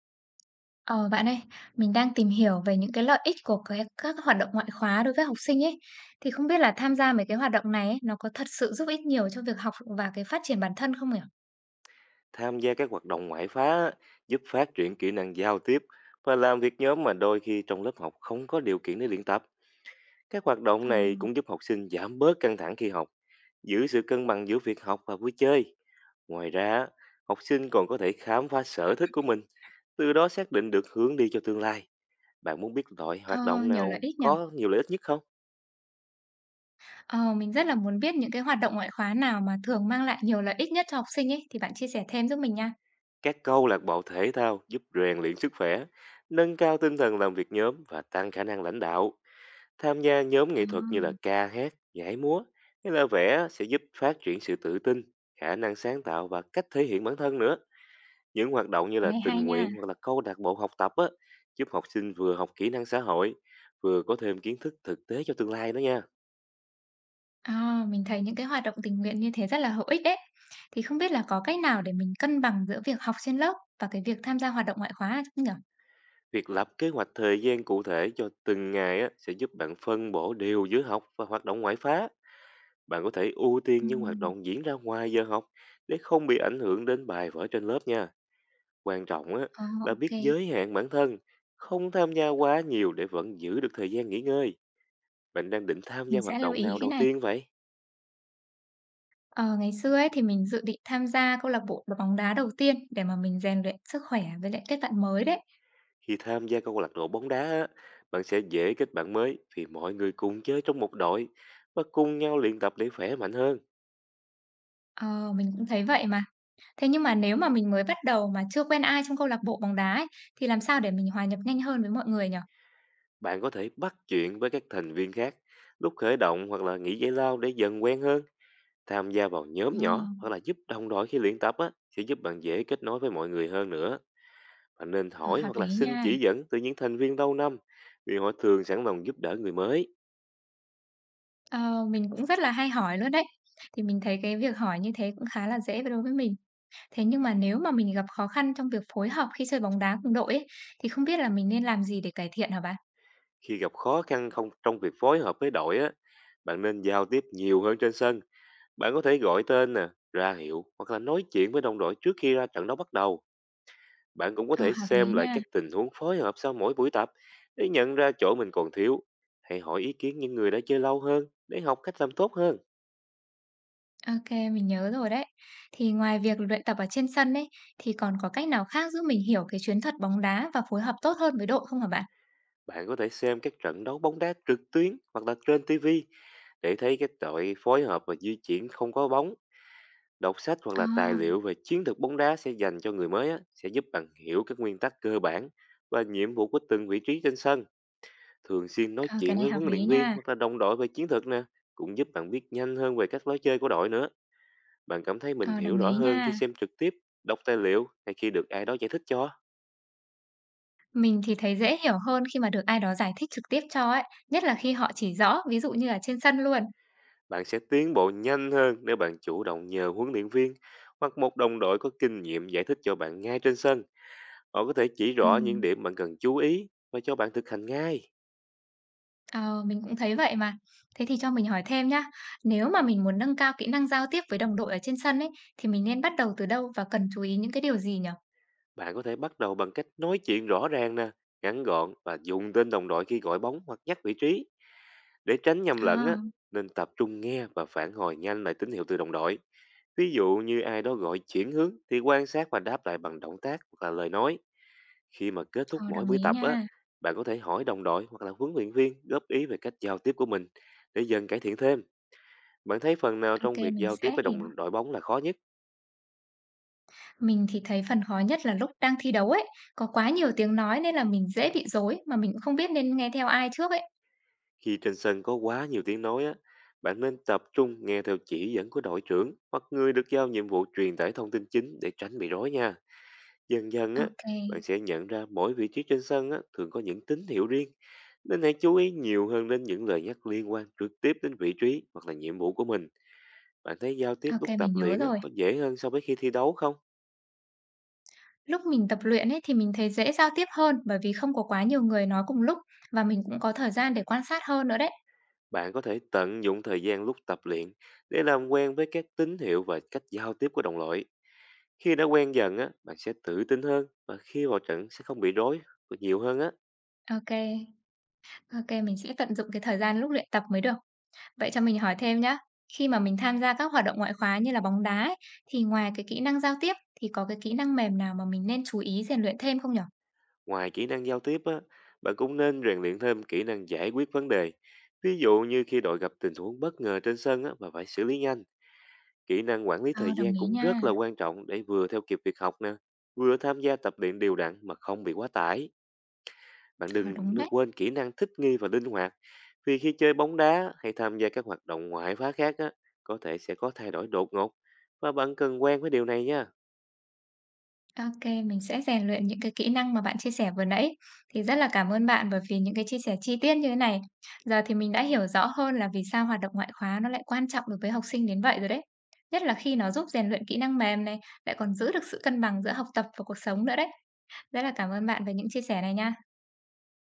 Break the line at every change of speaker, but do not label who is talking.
Ờ, bạn ơi, mình đang tìm hiểu về những cái lợi ích của các hoạt động ngoại khóa đối với học sinh ấy. Thì không biết là tham gia mấy cái hoạt động này ấy, nó có thật sự giúp ích nhiều cho việc học và cái phát triển bản thân không nhỉ?
Tham gia các hoạt động ngoại khóa á, giúp phát triển kỹ năng giao tiếp và làm việc nhóm mà đôi khi trong lớp học không có điều kiện để luyện tập. Các hoạt
Ờ,
động này cũng giúp học sinh giảm bớt căng thẳng khi học, giữ sự cân bằng giữa việc học và vui chơi. Ngoài ra, học sinh còn có thể khám phá sở thích của mình, từ đó xác định được hướng đi cho tương lai. Bạn muốn biết loại hoạt
ờ,
động
Nhiều lợi
nào
ích nhỉ?
có nhiều lợi ích nhất không?
Ờ, mình rất là muốn biết những cái hoạt động ngoại khóa nào mà thường mang lại nhiều lợi ích nhất cho học sinh ấy, thì bạn chia sẻ thêm giúp mình nha.
Các câu lạc bộ thể thao giúp rèn luyện sức khỏe, nâng cao tinh thần làm việc nhóm và tăng khả năng lãnh đạo. Tham gia nhóm
Ờ,
nghệ thuật như là ca hát, nhảy múa hay là vẽ sẽ giúp phát triển sự tự tin, khả năng sáng tạo và cách thể hiện bản thân nữa. Những hoạt động như
cái
là
này hay
tình
nha.
nguyện hoặc là câu lạc bộ học tập á, giúp học sinh vừa học kỹ năng xã hội, vừa có thêm kiến thức thực tế cho tương lai đó nha.
Ờ, mình thấy những cái hoạt động tình nguyện như thế rất là hữu ích đấy. Thì không biết là có cách nào để mình cân bằng giữa việc học trên lớp và cái việc tham gia hoạt động ngoại khóa không nhỉ?
Việc lập kế hoạch thời gian cụ thể cho từng ngày á, sẽ giúp bạn phân bổ đều giữa học và hoạt động ngoại khóa. Bạn có thể ưu
Ừ.
tiên những hoạt động diễn ra ngoài giờ học để không bị ảnh hưởng đến bài vở trên lớp nha. Quan trọng á
Ờ,
là
ok,
biết giới hạn bản thân, không tham gia quá nhiều để vẫn giữ được thời gian nghỉ ngơi. Bạn đang định tham gia
mình
hoạt
sẽ lưu
động
ý
nào
cái
đầu
này.
tiên vậy?
Ờ, Ngày xưa ấy thì mình dự định tham gia câu lạc bộ bóng đá đầu tiên để mà mình rèn luyện sức khỏe với lại kết bạn mới đấy.
Khi tham gia câu lạc bộ bóng đá, á, bạn sẽ dễ kết bạn mới vì mọi người cùng chơi trong một đội và cùng nhau luyện tập để khỏe mạnh hơn.
Ờ, mình cũng thấy vậy mà. Thế nhưng mà nếu mà mình mới bắt đầu mà chưa quen ai trong câu lạc bộ bóng đá ấy, thì làm sao để mình hòa nhập nhanh hơn với mọi người nhỉ?
Bạn có thể bắt chuyện với các thành viên khác lúc khởi động hoặc là nghỉ giải lao để dần quen hơn. Tham gia vào nhóm
Ờ,
nhỏ hoặc là giúp đồng đội khi luyện tập á, sẽ giúp bạn dễ kết nối với mọi người hơn nữa. Bạn nên
ờ,
hỏi
Hợp
hoặc là
lý
xin
nha.
chỉ dẫn từ những thành viên lâu năm, vì họ thường sẵn lòng giúp đỡ người mới.
Ờ, mình cũng rất là hay hỏi luôn đấy. Thì mình thấy cái việc hỏi như thế cũng khá là dễ đối với mình. Thế nhưng mà nếu mà mình gặp khó khăn trong việc phối hợp khi chơi bóng đá cùng đội ấy, thì không biết là mình nên làm gì để cải thiện hả bạn?
Khi gặp khó khăn không trong việc phối hợp với đội á, bạn nên giao tiếp nhiều hơn trên sân. Bạn có thể gọi tên nè, ra hiệu hoặc là nói chuyện với đồng đội trước khi ra trận đấu bắt đầu. Bạn cũng có
Ờ,
thể
hợp lý
xem lại
nha.
các tình huống phối hợp sau mỗi buổi tập để nhận ra chỗ mình còn thiếu. Hãy hỏi ý kiến những người đã chơi lâu hơn để học cách làm tốt hơn.
Ok, mình nhớ rồi đấy. Thì ngoài việc luyện tập ở trên sân ấy, thì còn có cách nào khác giúp mình hiểu cái chiến thuật bóng đá và phối hợp tốt hơn với đội không hả bạn?
Bạn có thể xem các trận đấu bóng đá trực tuyến hoặc là trên TV để thấy các đội phối hợp và di chuyển không có bóng, đọc sách hoặc
Ờ,
là tài liệu về chiến thuật bóng đá sẽ dành cho người mới á, sẽ giúp bạn hiểu các nguyên tắc cơ bản và nhiệm vụ của từng vị trí trên sân. Thường xuyên nói
ờ, cái
chuyện
này
với
hợp
huấn
lý
luyện viên
nha.
hoặc là đồng đội về chiến thuật nè, cũng giúp bạn biết nhanh hơn về cách lối chơi của đội nữa. Bạn cảm thấy mình
Ờ,
hiểu
đồng
rõ
ý
hơn khi
nha.
xem trực tiếp, đọc tài liệu hay khi được ai đó giải thích cho?
Mình thì thấy dễ hiểu hơn khi mà được ai đó giải thích trực tiếp cho ấy, nhất là khi họ chỉ rõ, ví dụ như là trên sân luôn.
Bạn sẽ tiến bộ nhanh hơn nếu bạn chủ động nhờ huấn luyện viên hoặc một đồng đội có kinh nghiệm giải thích cho bạn ngay trên sân. Họ có thể chỉ rõ những
Ừm,
điểm bạn cần chú ý và cho bạn thực hành ngay.
ờ, mình cũng thấy vậy mà. Thế thì cho mình hỏi thêm nhá, nếu mà mình muốn nâng cao kỹ năng giao tiếp với đồng đội ở trên sân ấy, thì mình nên bắt đầu từ đâu và cần chú ý những cái điều gì nhỉ?
Bạn có thể bắt đầu bằng cách nói chuyện rõ ràng nè, ngắn gọn và dùng tên đồng đội khi gọi bóng hoặc nhắc vị trí. Để tránh nhầm
Ờ.
lẫn á, nên tập trung nghe và phản hồi nhanh lại tín hiệu từ đồng đội. Ví dụ như ai đó gọi chuyển hướng thì quan sát và đáp lại bằng động tác hoặc là lời nói. Khi mà kết thúc
Ờ,
mỗi
đồng
buổi
ý
tập á,
nha.
bạn có thể hỏi đồng đội hoặc là huấn luyện viên góp ý về cách giao tiếp của mình để dần cải thiện thêm. Bạn thấy phần nào
Ok,
trong việc
mình
giao tiếp
sẽ
với
hiểu.
đồng đội bóng là khó nhất?
Mình thì thấy phần khó nhất là lúc đang thi đấu ấy, có quá nhiều tiếng nói nên là mình dễ bị rối, mà mình cũng không biết nên nghe theo ai trước ấy.
Khi trên sân có quá nhiều tiếng nói á, bạn nên tập trung nghe theo chỉ dẫn của đội trưởng hoặc người được giao nhiệm vụ truyền tải thông tin chính để tránh bị rối nha. Dần dần á,
Ok
bạn sẽ nhận ra mỗi vị trí trên sân á, thường có những tín hiệu riêng. Nên hãy chú ý nhiều hơn đến những lời nhắc liên quan trực tiếp đến vị trí hoặc là nhiệm vụ của mình. Bạn thấy giao tiếp
ok
lúc
mình
tập
nhớ
luyện á,
rồi.
có dễ hơn so với khi thi đấu không?
Lúc mình tập luyện ấy thì mình thấy dễ giao tiếp hơn, bởi vì không có quá nhiều người nói cùng lúc và mình cũng có thời gian để quan sát hơn nữa đấy.
Bạn có thể tận dụng thời gian lúc tập luyện để làm quen với các tín hiệu và cách giao tiếp của đồng loại. Khi đã quen dần á, bạn sẽ tự tin hơn và khi vào trận sẽ không bị rối nhiều hơn á.
Ok ok mình sẽ tận dụng cái thời gian lúc luyện tập mới được. Vậy cho mình hỏi thêm nhá, khi mà mình tham gia các hoạt động ngoại khóa như là bóng đá ấy, thì ngoài cái kỹ năng giao tiếp thì có cái kỹ năng mềm nào mà mình nên chú ý rèn luyện thêm không nhỉ?
Ngoài kỹ năng giao tiếp á, bạn cũng nên rèn luyện thêm kỹ năng giải quyết vấn đề. Ví dụ như khi đội gặp tình huống bất ngờ trên sân á, và phải xử lý nhanh, kỹ năng quản lý
Ờ,
thời
đồng
gian
ý
cũng
nha.
rất là quan trọng để vừa theo kịp việc học nè, vừa tham gia tập luyện đều đặn mà không bị quá tải. Bạn
Ờ,
đừng
đúng đấy.
quên kỹ năng thích nghi và linh hoạt, vì khi chơi bóng đá hay tham gia các hoạt động ngoại khóa khác á, có thể sẽ có thay đổi đột ngột và bạn cần quen với điều này nha.
Ok, mình sẽ rèn luyện những cái kỹ năng mà bạn chia sẻ vừa nãy. Thì rất là cảm ơn bạn bởi vì những cái chia sẻ chi tiết như thế này. Giờ thì mình đã hiểu rõ hơn là vì sao hoạt động ngoại khóa nó lại quan trọng đối với học sinh đến vậy rồi đấy. Nhất là khi nó giúp rèn luyện kỹ năng mềm này, lại còn giữ được sự cân bằng giữa học tập và cuộc sống nữa đấy. Rất là cảm ơn bạn về những chia sẻ này nha.